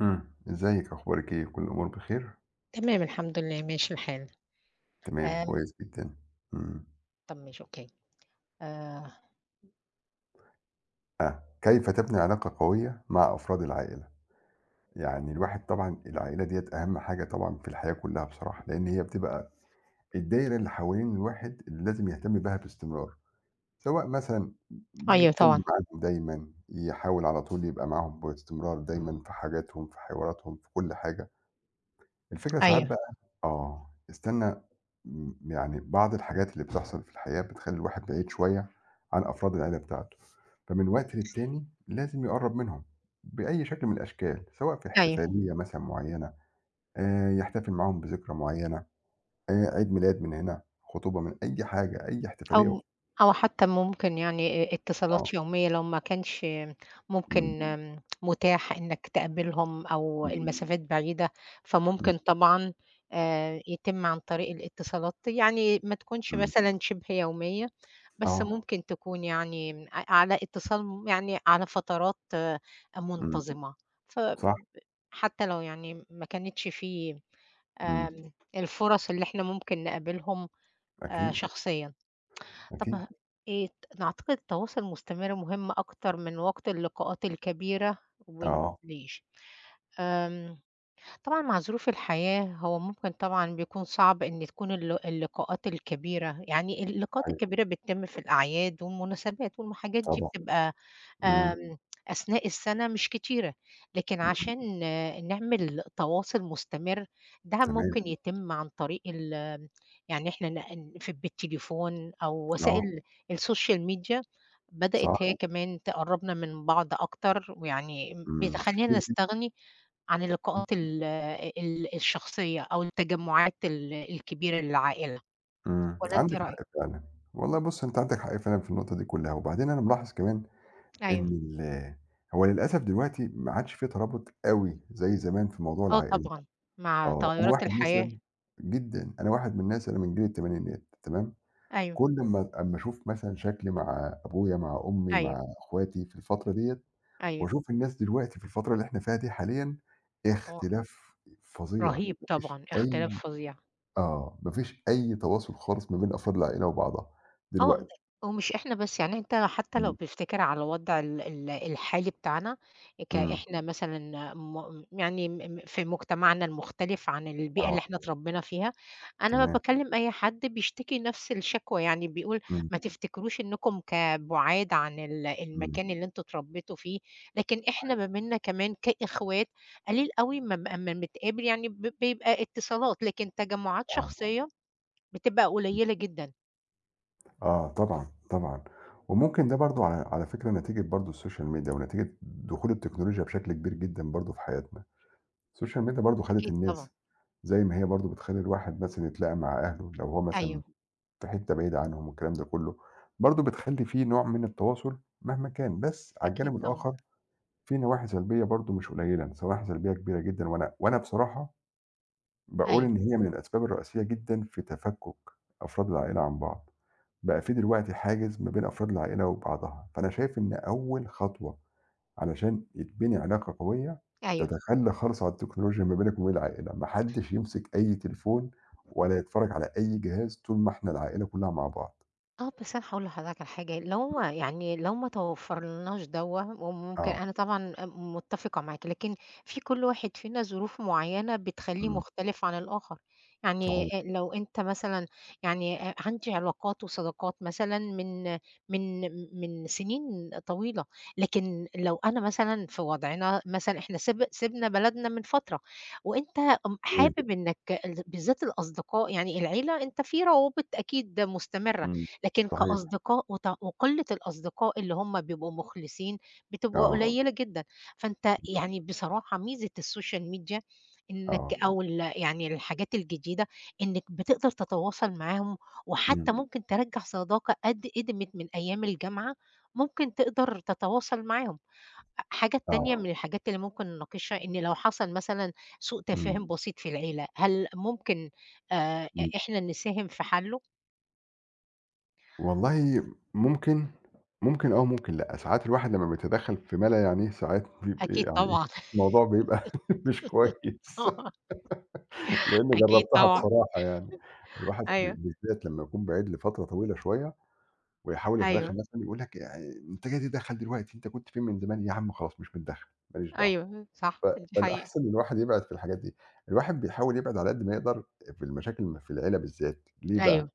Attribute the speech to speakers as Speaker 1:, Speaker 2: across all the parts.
Speaker 1: إمم. إزيِّك، أخبارِك إيه؟ كل الأمور بخير؟
Speaker 2: تمام الحمد لله ماشي الحال.
Speaker 1: تمام،
Speaker 2: آمم،
Speaker 1: كويس جدًا. إمم.
Speaker 2: طب ماشي أوكي. آآ،
Speaker 1: آه. كيف تبني علاقة قوية مع أفراد العائلة؟ يعني الواحد طبعًا العائلة ديّة أهم حاجة طبعًا في الحياة كلّها بصراحة، لإن هي بتبقى الدايرة اللي حوالين الواحد اللي لازم يهتم بها باستمرار، سواء مثلًا
Speaker 2: أيوه طبعًا،
Speaker 1: يتكلّم معاهم دايمًا، يحاول على طول يبقى معاهم باستمرار دايمًا في حاجاتهم، في حواراتهم، في كل حاجة. الفكرة ساعات
Speaker 2: أيوه،
Speaker 1: بقى آه، استنى م يعني بعض الحاجات اللي بتحصل في الحياة بتخلّي الواحد بعيد شوية عن أفراد العيلة بتاعته، فمن وقت للتاني لازم يقرّب منهم بأي شكل من الأشكال، سواء في
Speaker 2: أيوه.
Speaker 1: احتفالية مثلًا معيّنة، يحتفل معاهم بذكرى معيّنة، عيد ميلاد من هنا، خطوبة من أي حاجة، أي احتفالية. وخ
Speaker 2: أو أو حتى ممكن يعني
Speaker 1: آه،
Speaker 2: اتصالات يومية لو ما كانش
Speaker 1: إمم،
Speaker 2: ممكن متاح إنك تقابلهم أو
Speaker 1: إمم،
Speaker 2: المسافات بعيدة،
Speaker 1: إمم،
Speaker 2: فممكن طبعًا يتم عن طريق الاتصالات، يعني ما تكونش
Speaker 1: إمم،
Speaker 2: مثلًا شبه يومية، بس
Speaker 1: آه،
Speaker 2: ممكن تكون يعني على اتصال يعني على فترات
Speaker 1: إمم،
Speaker 2: منتظمة. ف
Speaker 1: صح،
Speaker 2: حتى لو يعني ما كانتش في
Speaker 1: إمم،
Speaker 2: الفُرَص اللي إحنا ممكن نقابلهم
Speaker 1: أكيد،
Speaker 2: شخصيًا. طب
Speaker 1: أكيد،
Speaker 2: نعتقد التواصل المستمر مهم أكتر من وقت اللقاءات الكبيرة
Speaker 1: آه،
Speaker 2: والليش. آمم طبعًا مع ظروف الحياة هو ممكن طبعًا بيكون صعب إن تكون اللقاءات الكبيرة، يعني اللقاءات
Speaker 1: صحيح،
Speaker 2: الكبيرة بتتم في الأعياد والمناسبات والحاجات دي
Speaker 1: طبعًا،
Speaker 2: بتبقى
Speaker 1: إمم،
Speaker 2: آمم، أثناء السنة مش كتيرة، لكن
Speaker 1: إمم،
Speaker 2: عشان نعمل تواصل مستمر ده
Speaker 1: تمام،
Speaker 2: ممكن يتم عن طريق يعني إحنا في بالتليفون أو
Speaker 1: آه،
Speaker 2: وسائل السوشيال ميديا بدأت
Speaker 1: صح.
Speaker 2: هي كمان تقرّبنا من بعض أكتر، ويعني
Speaker 1: إمم،
Speaker 2: بتخلّينا
Speaker 1: كتير جدًا،
Speaker 2: نستغني عن اللقاءات ال ال الشخصية أو التجمعات الكبيرة للعائلة،
Speaker 1: إمم،
Speaker 2: والّا أنتِ إيه
Speaker 1: عندِك
Speaker 2: رأيِك؟
Speaker 1: حق فعلًا، والله بُصّي أنتِ عندِك حق فعلًا في النقطة دي كلّها، وبعدين أنا ملاحظ كمان
Speaker 2: أيوه،
Speaker 1: إن ال هو للأسف دلوقتي ما عادش في ترابط أوي زي زمان في موضوع
Speaker 2: آه
Speaker 1: العائلة،
Speaker 2: طبعًا، مع
Speaker 1: آه،
Speaker 2: تغيرات الحياة،
Speaker 1: أنا واحد من الناس أنا من جيل التمانينات تمام،
Speaker 2: أيوه،
Speaker 1: كل أمّا أشوف مثلًا شكلي مع أبويا، مع أمي،
Speaker 2: أيوه،
Speaker 1: مع أخواتي في الفترة ديّة،
Speaker 2: أيوه.
Speaker 1: وأشوف الناس دلوقتي في الفترة اللي إحنا فيها دي حاليًا،
Speaker 2: آه،
Speaker 1: اختلاف فظيع،
Speaker 2: رهيب
Speaker 1: ما فيش
Speaker 2: طبعًا، اختلاف
Speaker 1: أي
Speaker 2: فظيع.
Speaker 1: ما فيش أي تواصل خالص ما بين أفراد العائلة وبعضها
Speaker 2: آه،
Speaker 1: دلوقتي،
Speaker 2: ومش إحنا بس، يعني أنت حتى لو
Speaker 1: إمم،
Speaker 2: بتفتكر على الوضع ال ال الحالي بتاعنا
Speaker 1: إمم،
Speaker 2: إحنا مثلًا م يعني م م في مجتمعنا المختلف عن البيئة اللي
Speaker 1: آه،
Speaker 2: إحنا اتربينا فيها، أنا ما
Speaker 1: تمام،
Speaker 2: باكلّم أي حد بيشتكي نفس الشكوى، يعني بيقول
Speaker 1: إمم،
Speaker 2: ما تفتكروش إنكم بُعاد عن
Speaker 1: إمم،
Speaker 2: المكان اللي أنتم اتربيتوا فيه، لكن إحنا ما بيننا كمان كإخوات قليل أوي ما ب أمّا بنتقابل يعني بيبقى اتصالات، لكن تجمعات
Speaker 1: آه،
Speaker 2: شخصية بتبقى
Speaker 1: إمم،
Speaker 2: قليلة جدًا.
Speaker 1: آه، طبعًا، طبعًا، وممكن ده برضه على على فكرة نتيجة برضه السوشيال ميديا ونتيجة دخول التكنولوجيا بشكل كبير جدًا برضه في حياتنا، السوشيال ميديا برضه خدت
Speaker 2: أكيد طبعًا،
Speaker 1: الناس، زي ما هي برضه بتخلّي الواحد مثلًا يتلاقى مع أهله لو هو مثلًا
Speaker 2: أيوه.
Speaker 1: في حتة بعيدة عنهم والكلام ده كلّه، برضه بتخلّي في نوع من التواصل مهما كان، بس على
Speaker 2: أكيد
Speaker 1: الجانب
Speaker 2: طبعًا،
Speaker 1: الآخر في نواحي سلبية برضه مش قليلة، بس نواحي سلبية كبيرة جدًا، وأنا بصراحة باقول
Speaker 2: أيوه،
Speaker 1: إن هي من الأسباب الرئيسية جدًا في تفكُّك أفراد العائلة عن بعض، بقى في دلوقتي حاجز ما بين أفراد العائلة وبعضها، فأنا شايف إن أول خطوة علشان يتبني علاقة قوية،
Speaker 2: أيوه.
Speaker 1: تتخلّى خالص عن التكنولوجيا ما بينك وبين العائلة، ما حدّش يمسك أي تليفون ولا يتفرّج على أي جهاز طول ما إحنا العائلة كلّها مع بعض.
Speaker 2: آه، بس أنا هاقول لحضرتك على حاجة، لو ما توفرلناش دوّة وممكن
Speaker 1: آه،
Speaker 2: أنا طبعًا متفقة معاك، لكن في كل واحد فينا ظروف معيّنة بتخلّيه
Speaker 1: إمم،
Speaker 2: مختلف عن الآخر، يعني
Speaker 1: صحيح،
Speaker 2: لو أنت مثلًا يعني عندي علاقات وصداقات مثلًا من من سنين طويلة، لكن لو أنا مثلًا في وضعنا مثلًا إحنا سِبنا بلدنا من فترة، وأنت
Speaker 1: تمام،
Speaker 2: حابب إنك بالذات الأصدقاء يعني العيلة أنت في روابط أكيد مستمرة،
Speaker 1: إمم،
Speaker 2: لكن
Speaker 1: صحيح،
Speaker 2: كأصدقاء وقلة الأصدقاء اللي هم بيبقوا مخلصين بتبقى
Speaker 1: آه،
Speaker 2: قليلة جدًا، فأنت
Speaker 1: إمم،
Speaker 2: يعني بصراحة ميزة السوشيال ميديا إنك
Speaker 1: آه،
Speaker 2: أو يعني الحاجات الجديدة إنك بتقدر تتواصل معاهم،
Speaker 1: إمم،
Speaker 2: وحتى ممكن ترجّع صداقة قدمت من أيام الجامعة، ممكن تقدر تتواصل معاهم. حاجة
Speaker 1: آه،
Speaker 2: التانية من الحاجات اللي ممكن نناقشها إن لو حصل مثلًا سوء
Speaker 1: إمم،
Speaker 2: تفاهم بسيط في العيلة، هل ممكن إ
Speaker 1: إمم.
Speaker 2: إحنا نساهم في حلّه؟
Speaker 1: والله ممكن، ممكن آه وممكن لأ، ساعات الواحد لمّا بيتدخّل في ما لا يعنيه ساعات بيبقى
Speaker 2: أكيد
Speaker 1: يعني إيه،
Speaker 2: طبعًا.
Speaker 1: الموضوع بيبقى مش كويس، لإني
Speaker 2: أكيد
Speaker 1: جرّبتها
Speaker 2: طبعًا،
Speaker 1: بصراحة يعني، الواحد
Speaker 2: أيوه،
Speaker 1: بالذات لمّا يكون بعيد لفترة طويلة شوية ويحاول
Speaker 2: أيوه،
Speaker 1: يتدخّل مثلًا يقول لك أنت جاي تتدخّل دلوقتي، أنت كنت فين من زمان؟ يا عم خلاص مش متدخّل، ما ليش دعوة،
Speaker 2: أيوه، صح،
Speaker 1: ف
Speaker 2: دي حقيقة،
Speaker 1: فالأحسن إن الواحد يبعد في الحاجات دي، الواحد بيحاول يبعد على قد ما يقدر في المشاكل في العيلة بالذات، ليه
Speaker 2: أيوه،
Speaker 1: بقى؟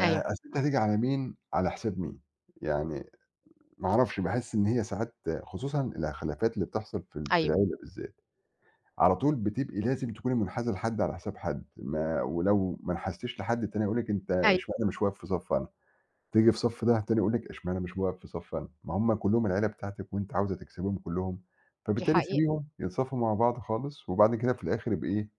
Speaker 2: أيوه،
Speaker 1: أصل أنت هتيجي على مين، على حساب مين، يعني ما أعرفش، باحس إن هي ساعات خصوصًا الخلافات اللي بتحصل في
Speaker 2: أيوه،
Speaker 1: العيلة بالذات، على طول بتبقي لازم تكوني منحازة لحد على حساب حد، ما ولو ما انحازتيش لحد التاني هيقول لِك أنت
Speaker 2: أيوه،
Speaker 1: اشمعنى مش واقف في صف أنا، تيجي في صف ده التاني يقول لِك اشمعنى مش واقف في صف أنا، ما هم كلّهم العيلة بتاعتِك وأنتِ عاوزة تكسبيهم كلّهم،
Speaker 2: دي
Speaker 1: فبالتالي
Speaker 2: حقيقة.
Speaker 1: سيبيهم ينصفوا مع بعض خالص، وبعد كده في الآخر يبقى إيه،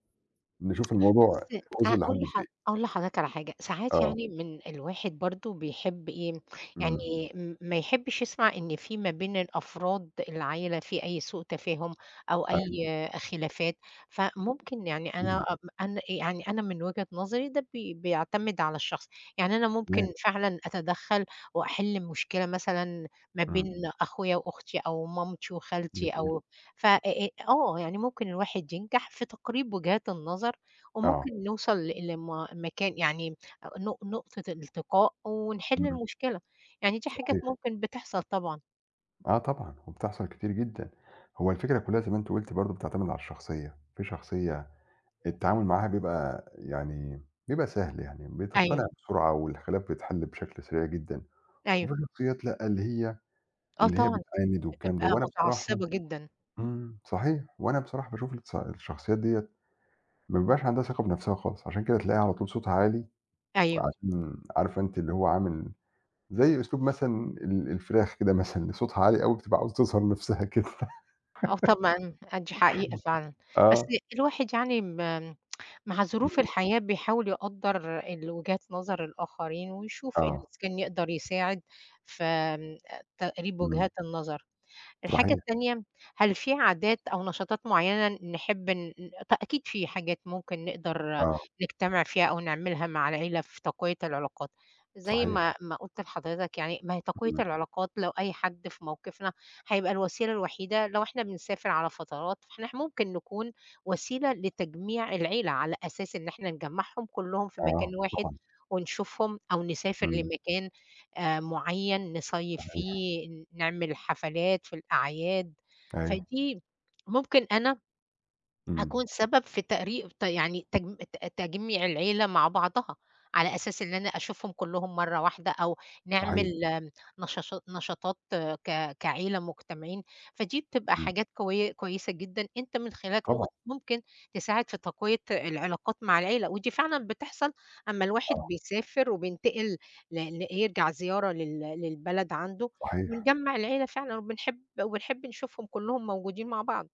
Speaker 1: نشوف الموضوع
Speaker 2: بس أ
Speaker 1: وصل
Speaker 2: أقول
Speaker 1: لحد
Speaker 2: لح
Speaker 1: فين،
Speaker 2: أقول لحضرتك على حاجة، ساعات
Speaker 1: آه،
Speaker 2: يعني من الواحد برضه بيحب إيه،
Speaker 1: إمم،
Speaker 2: يعني ما يحبش يسمع إن في ما بين الأفراد العيلة في أي سوء تفاهم أو
Speaker 1: أيوه،
Speaker 2: أي خلافات، فممكن يعني
Speaker 1: إمم،
Speaker 2: أنا يعني أنا من وجهة نظري ده بيعتمد على الشخص، يعني أنا
Speaker 1: تمام،
Speaker 2: ممكن فعلًا أتدخّل وأحل مشكلة مثلًا ما
Speaker 1: إمم،
Speaker 2: بين أخويا وأختي أو مامتي وخالتي
Speaker 1: جميل،
Speaker 2: أو ف آه، يعني ممكن الواحد ينجح في تقريب وجهات النظر
Speaker 1: آه،
Speaker 2: وممكن نوصل لم مكان يعني نقطة التقاء ونحل
Speaker 1: إمم،
Speaker 2: المشكلة، يعني دي حاجات
Speaker 1: صحيح.
Speaker 2: ممكن بتحصل طبعًا.
Speaker 1: آه طبعًا، وبتحصل كتير جدًا. هو الفكرة كلّها زي ما أنتِ قُلتِ برضه بتعتمد على الشخصية، في شخصية التعامل معاها بيبقى سهل يعني، بتقتنع
Speaker 2: أيوه،
Speaker 1: بسرعة والخلاف بيتحل بشكل سريع جدًا،
Speaker 2: أيوه،
Speaker 1: وفي شخصيات لأ، اللي هي
Speaker 2: آه
Speaker 1: اللي هي
Speaker 2: طبعًا
Speaker 1: بتعاند والكلام ده،
Speaker 2: بتبقى
Speaker 1: وأنا بصراحة
Speaker 2: متعصبة جدًا،
Speaker 1: إمم، صحيح، وأنا بصراحة باشوف الشخصيات ديّة ما بيبقاش عندها ثقة بنفسها خالص، عشان كده تلاقيها على طول صوتها عالي،
Speaker 2: أيوه،
Speaker 1: وعشان عارفة أنتِ اللي هو عامل زي أسلوب مثلًا الفراخ كده مثلًا اللي صوتها عالي أوي بتبقى عاوزة تظهر نفسها كده.
Speaker 2: آه طبعًا، آه دي حقيقة فعلًا، بس
Speaker 1: آه.
Speaker 2: الواحد يعني مع ظروف الحياة بيحاول يقدّر وجهات نظر الآخرين ويشوف إذا
Speaker 1: آه،
Speaker 2: كان يقدر يساعد في تقريب
Speaker 1: إمم،
Speaker 2: وجهات النظر. الحاجة
Speaker 1: صحيح،
Speaker 2: التانية، هل في عادات أو نشاطات معيّنة نحب ن ط أكيد في حاجات ممكن نقدر
Speaker 1: آه،
Speaker 2: نجتمع فيها أو نعملها مع العيلة في تقوية العلاقات، زي
Speaker 1: صحيح،
Speaker 2: ما قُلت لحضرتك يعني ما هي تقوية
Speaker 1: إمم،
Speaker 2: العلاقات لو أي حد في موقفنا هيبقى الوسيلة الوحيدة لو إحنا بنسافر على فترات، فإحنا ممكن نكون وسيلة لتجميع العيلة، على أساس إن إحنا نجمّعهم كلّهم في
Speaker 1: آه،
Speaker 2: مكان واحد
Speaker 1: طبعًا،
Speaker 2: ونشوفهم أو نسافر
Speaker 1: إمم،
Speaker 2: لمكان معيّن نصيّف
Speaker 1: صحيح،
Speaker 2: فيه، نعمل حفلات في الأعياد،
Speaker 1: أيوه،
Speaker 2: فدي ممكن أنا
Speaker 1: إمم،
Speaker 2: أكون سبب في تقري ت يعني تجم ت تجميع العيلة مع بعضها، على أساس إن أنا أشوفهم كلّهم مرّة واحدة، أو نعمل
Speaker 1: صحيح،
Speaker 2: نشاطات كعيلة مجتمعين، فدي بتبقى
Speaker 1: إمم،
Speaker 2: حاجات قوية كويسة جدًا، أنت من خلالك
Speaker 1: طبعًا،
Speaker 2: ممكن تساعد في تقوية العلاقات مع العيلة، ودي فعلًا بتحصل أمّا الواحد
Speaker 1: آه،
Speaker 2: بيسافر وبينتقل ل ل يرجع زيارة للبلد عنده،
Speaker 1: صحيح،
Speaker 2: بنجمّع العيلة فعلًا وبنحب نشوفهم كلّهم موجودين مع بعض.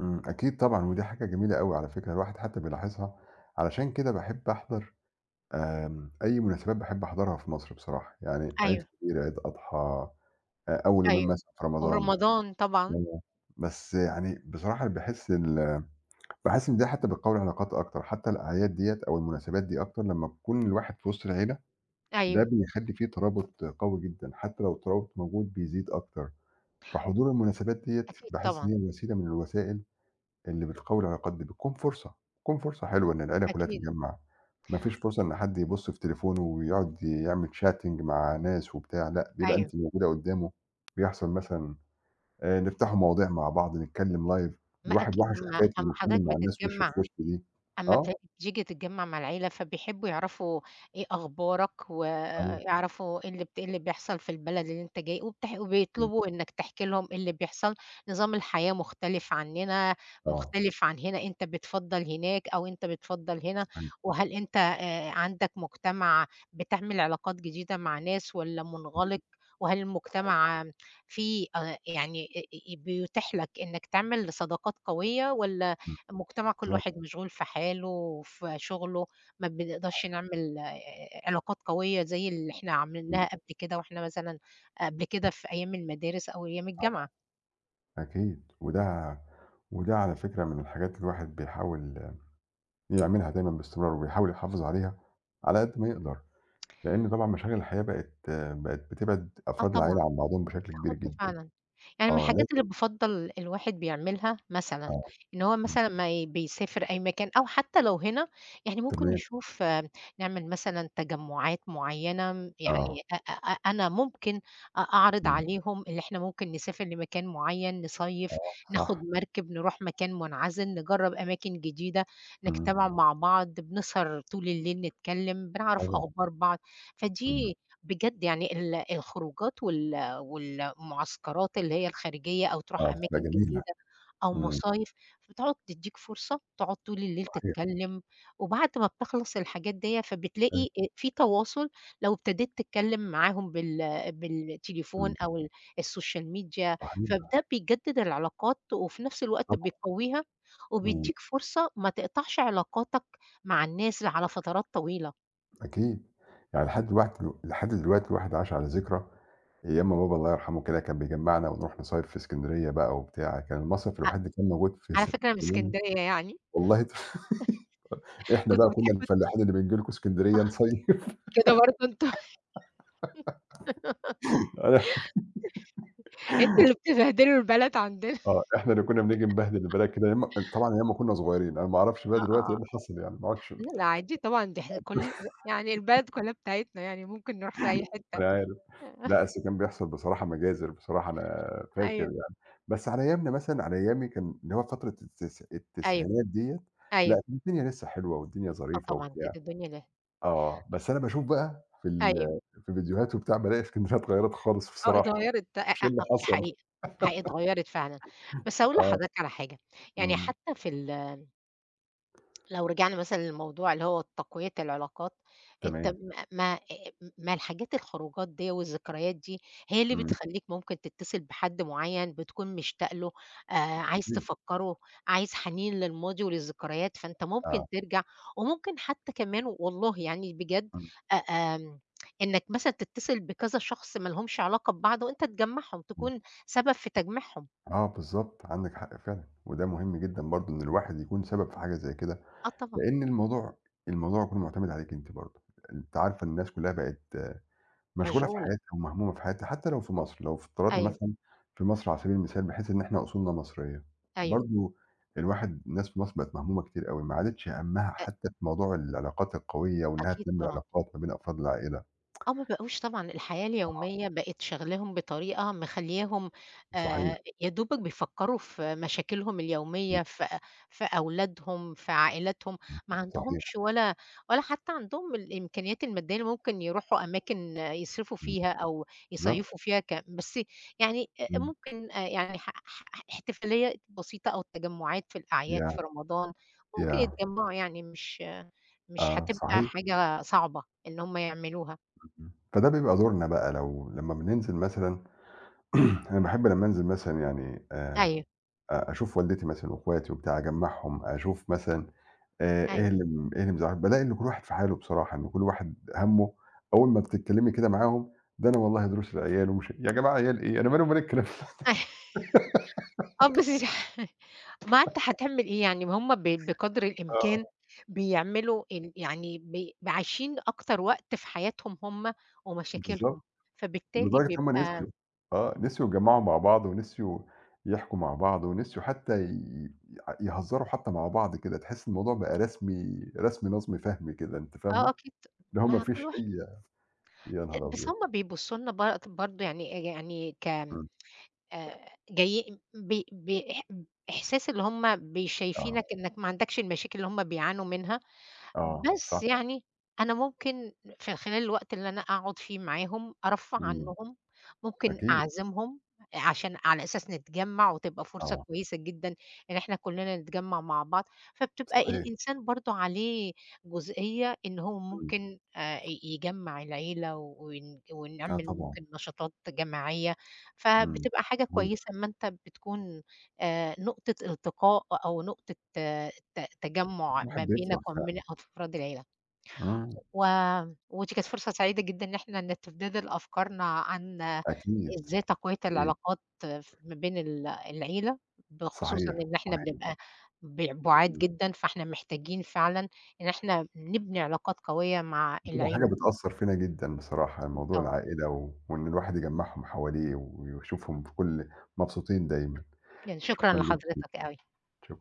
Speaker 1: إمم، أكيد طبعًا، ودي حاجة جميلة أوي على فكرة، الواحد حتى بيلاحظها، علشان كده باحب أحضر أي مناسبات باحب أحضرها في مصر بصراحة، يعني عيد
Speaker 2: أيوه،
Speaker 1: كبير، عيد أضحى، أول يومين
Speaker 2: أيوه.
Speaker 1: مثلًا في رمضان،
Speaker 2: ورمضان طبعًا،
Speaker 1: آه، بس يعني بصراحة باحس إن ده حتى بتقوي العلاقات أكتر، حتى الأعياد ديّة أو المناسبات دي أكتر لمّا بيكون الواحد في وسط العيلة ده
Speaker 2: أيوه،
Speaker 1: بيخلّي في ترابط قوي جدًا، حتى لو الترابط موجود بيزيد أكتر، فحضور المناسبات ديّة
Speaker 2: أكيد
Speaker 1: باحس إن
Speaker 2: طبعًا،
Speaker 1: هي وسيلة من الوسائل اللي بتقوي العلاقات دي، بتكون فرصة، بتكون فرصة حلوة إن العيلة كلها
Speaker 2: أكيد،
Speaker 1: تتجمّع، ما فيش فرصة إن حد يبُص في تليفونه ويقعد يعمل chatting مع ناس وبتاع، لأ، بيبقى
Speaker 2: أيوه،
Speaker 1: أنتِ موجودة قدّامه، بيحصل مثلًا نفتحوا مواضيع مع بعض، نتكلّم live،
Speaker 2: ما
Speaker 1: الواحد
Speaker 2: أكيد
Speaker 1: وحشه
Speaker 2: أمّا
Speaker 1: حكاية إنه
Speaker 2: أمّا حضرتك
Speaker 1: يتكلّم مع الناس وِش في
Speaker 2: بتتجمّع
Speaker 1: وِش دي،
Speaker 2: أمّا
Speaker 1: آه،
Speaker 2: بت بتيجي تتجمّع مع العيلة، فبيحبّوا يعرفوا إيه أخبارك،
Speaker 1: آه،
Speaker 2: ويعرفوا إيه اللي بيحصل في البلد اللي أنت جاي
Speaker 1: إمم،
Speaker 2: وبيطلبوا إنّك تحكي لهم إيه اللي بيحصل، نظام الحياة مختلف عنّنا،
Speaker 1: آه،
Speaker 2: مختلف عن هنا، أنت بتفضّل هناك أو أنت بتفضّل هنا،
Speaker 1: صحيح،
Speaker 2: وهل أنت عندك مجتمع بتعمل علاقات جديدة مع ناس والّا منغلق،
Speaker 1: إمم،
Speaker 2: وهل المجتمع فيه يعني أ أ بيتيح لك إنّك تعمل صداقات قوية والّا
Speaker 1: إمم،
Speaker 2: المجتمع كل
Speaker 1: بالضبط،
Speaker 2: واحد مشغول في حاله وفي شغله، ما بنقدرش نعمل علاقات قوية زي اللي إحنا
Speaker 1: إمم،
Speaker 2: عملناها قبل كده وإحنا مثلًا قبل كده في أيام المدارس أو أيام
Speaker 1: آه.
Speaker 2: الجامعة.
Speaker 1: أكيد، وده على فكرة من الحاجات اللي الواحد بيحاول يعملها دايمًا باستمرار، وبيحاول يحافظ عليها على قد ما يقدر، لإن طبعًا مشاغل الحياة بقت بتبعد
Speaker 2: آه
Speaker 1: أفراد
Speaker 2: طبعًا،
Speaker 1: العائلة عن بعضهم بشكل كبير
Speaker 2: بتاخدنا
Speaker 1: جدًا.
Speaker 2: فعلًا. يعني من
Speaker 1: آه،
Speaker 2: الحاجات اللي
Speaker 1: لازم
Speaker 2: بافضّل الواحد بيعملها مثلًا،
Speaker 1: آه،
Speaker 2: إن هو
Speaker 1: إمم،
Speaker 2: مثلًا ما ي بيسافر أي مكان أو حتى لو هنا، يعني ممكن
Speaker 1: تمام،
Speaker 2: نشوف نعمل مثلًا تجمُّعات معيّنة،
Speaker 1: آه،
Speaker 2: يعني أنا ممكن أعرض
Speaker 1: إمم،
Speaker 2: عليهم اللي إحنا ممكن نسافر لمكان معيّن، نصيّف،
Speaker 1: آه،
Speaker 2: ناخُد
Speaker 1: صح،
Speaker 2: مركب، نروح مكان منعزل، نجرّب أماكن جديدة،
Speaker 1: إمم،
Speaker 2: نجتمع مع بعض، بنسهر طول الليل نتكلّم، بنعرف
Speaker 1: طبعًا،
Speaker 2: أخبار بعض،
Speaker 1: إمم،
Speaker 2: فدي بجد يعني الخروجات والمعسكرات اللي هي الخارجية أو تروح
Speaker 1: آه، بتبقى
Speaker 2: أماكن
Speaker 1: جميلة،
Speaker 2: جديدة أو
Speaker 1: إمم،
Speaker 2: مصايف، فبتقعد تدّيك فرصة تقعد طول الليل
Speaker 1: صحيح،
Speaker 2: تتكلّم، وبعد ما بتخلص الحاجات ديّة فبتلاقي
Speaker 1: أيوه،
Speaker 2: في تواصل لو ابتديت تتكلّم معاهم بالتليفون
Speaker 1: إمم،
Speaker 2: أو السوشيال ميديا،
Speaker 1: صحيح،
Speaker 2: فده بيجدد العلاقات وفي نفس الوقت
Speaker 1: طبعًا،
Speaker 2: بيقويها،
Speaker 1: إمم،
Speaker 2: وبيدّيك فرصة ما تقطعش علاقاتك مع الناس على فترات طويلة.
Speaker 1: أكيد، يعني لحد الوقت لحد دلوقتي الواحد عاش على ذكرى أيام ما بابا الله يرحمه كده كان بيجمّعنا ونروح نصيف في إسكندرية بقى وبتاع، كان المصيف
Speaker 2: ع
Speaker 1: الوحيد اللي كان موجود في
Speaker 2: على
Speaker 1: إس
Speaker 2: فكرة أنا من إسكندرية يعني،
Speaker 1: والله إحنا
Speaker 2: كنت
Speaker 1: بقى كنا
Speaker 2: بتحب
Speaker 1: الفلاحين اللي بنيجي لكم إسكندرية نصيف
Speaker 2: كده برضه أنتم؟
Speaker 1: أنا-
Speaker 2: أنتم اللي بتبهدلوا البلد عندنا.
Speaker 1: آه، إحنا اللي كنا بنيجي نبهدل البلد كده أيام ما طبعًا أيام ما كنا صغيرين، أنا ما أعرفش بقى
Speaker 2: آه، آه،
Speaker 1: دلوقتي إيه
Speaker 2: آه.
Speaker 1: اللي حصل يعني ما عُدتش مش
Speaker 2: لأ، لأ عادي طبعًا دي إحنا كل يعني البلد كلّها بتاعتنا يعني ممكن نروح في أي حتّة.
Speaker 1: عارف، لأ أصل كان بيحصل بصراحة مجازر بصراحة أنا فاكر
Speaker 2: أيوه.
Speaker 1: يعني، بس على أيامنا مثلًا على أيامي كان اللي هو فترة
Speaker 2: أيوه،
Speaker 1: التسعينات ديّة، لأ
Speaker 2: أيوه.
Speaker 1: كانت الدنيا لسه حلوة والدنيا
Speaker 2: آه
Speaker 1: ظريفة
Speaker 2: طبعًا
Speaker 1: وبتاع.
Speaker 2: كانت الدنيا
Speaker 1: آه، بس أنا باشوف بقى
Speaker 2: أيوه.
Speaker 1: في فيديوهات وبتاع بالاقي اسكندرية اتغيّرت خالص
Speaker 2: آه،
Speaker 1: بصراحة،
Speaker 2: اتغيّرت. أ
Speaker 1: مش
Speaker 2: أ
Speaker 1: إيه اللي
Speaker 2: آه، دي
Speaker 1: حصل،
Speaker 2: حقيقة، حقيقة اتغيّرت فعلًا. بس هاقول
Speaker 1: آه،
Speaker 2: لحضرتك على حاجة، يعني
Speaker 1: إمم،
Speaker 2: حتّى في لو رجعنا مثلًا للموضوع اللي هو تقوية العلاقات، أنت
Speaker 1: تمام،
Speaker 2: ما الحاجات الخروجات ديّة والذكريات دي هي اللي
Speaker 1: إمم،
Speaker 2: بتخلّيك ممكن تتصل بحد معيّن بتكون مشتاق له، آآ عايز تفكّره، عايز حنين للماضي وللذكريات، فأنت ممكن
Speaker 1: آه،
Speaker 2: ترجع وممكن حتى كمان والله يعني بجد
Speaker 1: إمم،
Speaker 2: أ آمم إنّك مثلًا تتصل بكذا شخص ما لهمش علاقة ببعض وأنت تجمّعهم،
Speaker 1: إمم،
Speaker 2: تكون سبب في تجميعهم.
Speaker 1: آه بالضبط، عندِك حق فعلًا، وده مهم جدًا برضه إن الواحد يكون سبب في حاجة زي كده،
Speaker 2: آه طبعًا،
Speaker 1: لإن الموضوع كُلّه مُعتمد عليكِ أنتِ برضه، أنتِ عارفة الناس كُلّها بقت مشغولة في
Speaker 2: مشغولة.
Speaker 1: حياتها ومهمومة في حياتها، حتى لو في مصر، لو افترضنا
Speaker 2: أيوه،
Speaker 1: مثلًا في مصر على سبيل المثال بحيث إن إحنا أصولنا مصرية،
Speaker 2: أيوه.
Speaker 1: برضه الواحد الناس في مصر بقت مهمومة كتير أوي، ما عادتش هَمّها
Speaker 2: أ
Speaker 1: حتى في موضوع العلاقات القوية وإنها
Speaker 2: أكيد
Speaker 1: تنمّي
Speaker 2: طبعًا.
Speaker 1: العلاقات ما بين أفراد العائلة.
Speaker 2: آه، ما بقوش طبعًا الحياة
Speaker 1: آه،
Speaker 2: اليومية بقت شاغلاهم بطريقة مخلّياهم
Speaker 1: صحيح،
Speaker 2: يا دوبك بيفكّروا في مشاكلهم
Speaker 1: إمم،
Speaker 2: اليومية، في أولادهم، في عائلاتهم،
Speaker 1: إمم،
Speaker 2: ما
Speaker 1: صحيح،
Speaker 2: عندهمش ولا حتى عندهم الإمكانيات المادية اللي ممكن يروحوا أماكن يصرفوا
Speaker 1: إمم،
Speaker 2: فيها أو
Speaker 1: بالضبط،
Speaker 2: يصيّفوا فيها بس يعني
Speaker 1: إمم،
Speaker 2: ممكن يعني ح ح احتفالية بسيطة أو تجمُّعات في الأعياد
Speaker 1: ياه!
Speaker 2: في رمضان، ممكن
Speaker 1: ياه!
Speaker 2: يتجمّعوا يعني مش
Speaker 1: آه،
Speaker 2: هتبقى
Speaker 1: صحيح،
Speaker 2: حاجة صعبة إن هم يعملوها.
Speaker 1: اهم، فده بيبقى دورنا بقى لو لمّا بننزل مثلًا أنا باحب لمّا أنزل مثلًا يعني
Speaker 2: أيوه.
Speaker 1: أ أشوف والدتي مثلًا وأخواتي وبتاع، أجمّعهم، أشوف مثلًا
Speaker 2: أيوه
Speaker 1: اهلم زعلهم، بالاقي إن كل واحد في حاله بصراحة، إن كل واحد هَمُّه أول ما بتتكلمي كده معاهم، ده أنا والله دروس العيال ومش يا جماعة عيال إيه، أنا مالي ومال الكلام ده
Speaker 2: آه بس ما أنت هتعمل إيه يعني ما هم بقدر
Speaker 1: آه.
Speaker 2: الإمكان بيعملوا ال يعني ب عايشين أكتر وقت في حياتهم هم
Speaker 1: بالضبط،
Speaker 2: ومشاكلهم، فبالتالي
Speaker 1: لدرجة إن هُم
Speaker 2: بيبقى
Speaker 1: نسيوا آه، نسيوا يتجمعوا مع بعض ونسيوا يحكوا مع بعض ونسيوا حتى ي ع يهزروا حتى مع بعض كده، تحس الموضوع بقى رسمي رسمي نظم فهمي كده، أنتِ فاهمة؟
Speaker 2: أكيد
Speaker 1: اللي هو ما
Speaker 2: ما
Speaker 1: فيش
Speaker 2: كل واحد
Speaker 1: أي. يا نهار
Speaker 2: بس
Speaker 1: أبيض!
Speaker 2: هم بيبصوا لنا برضه يعني يعني ك
Speaker 1: إمم،
Speaker 2: جاي ب ب إح إحساس اللي هم
Speaker 1: آه،
Speaker 2: شايفينك إنك ما عندكش المشاكل اللي هم بيعانوا منها
Speaker 1: آه،
Speaker 2: بس
Speaker 1: صح،
Speaker 2: يعني أنا ممكن في خلال الوقت اللي أنا أقعد فيه معاهم أرفّه
Speaker 1: إمم،
Speaker 2: عنّهم، ممكن
Speaker 1: أكيد،
Speaker 2: أعزمهم عشان على أساس نتجمّع وتبقى فرصة
Speaker 1: آه،
Speaker 2: كويسة جدًا إن إحنا كُلّنا نتجمّع مع بعض، فبتبقى
Speaker 1: صحيح،
Speaker 2: الإنسان برضه عليه جزئية إن هو
Speaker 1: إمم،
Speaker 2: ممكن ي يجمّع العيلة
Speaker 1: آه
Speaker 2: ونعمل
Speaker 1: طبعًا.
Speaker 2: ممكن نشاطات جماعية،
Speaker 1: إمم،
Speaker 2: فبتبقى حاجة كويسة
Speaker 1: صحيح،
Speaker 2: أمّا أنت بتكون نقطة التقاء أو نقطة تجمُّع
Speaker 1: الواحد
Speaker 2: ما
Speaker 1: بيفرح
Speaker 2: بينك وما بين
Speaker 1: فعلًا،
Speaker 2: أفراد العيلة،
Speaker 1: إمم.
Speaker 2: و ودي كانت فرصة سعيدة جدًا إن إحنا نتبادل أفكارنا عن
Speaker 1: أكيد،
Speaker 2: إزاي تقوية
Speaker 1: أكيد،
Speaker 2: العلاقات ما بين العيلة، بخصوصًا
Speaker 1: صحيح،
Speaker 2: إن إحنا
Speaker 1: صحيح،
Speaker 2: بنبقى بُعاد
Speaker 1: إمم.
Speaker 2: جدًا، فإحنا محتاجين فعلًا إن إحنا نبني علاقات قوية مع
Speaker 1: بتبقى حاجة
Speaker 2: العيلة،
Speaker 1: بتأثّر فينا جدًا بصراحة،
Speaker 2: أكيد
Speaker 1: موضوع
Speaker 2: طبعًا،
Speaker 1: العائلة وإن الواحد يجمّعهم حواليه ويشوفهم في كل مبسوطين دايمًا،
Speaker 2: يعني شكرًا
Speaker 1: شكرًا جدًا،
Speaker 2: لحضرتك أوي.
Speaker 1: شكرًا.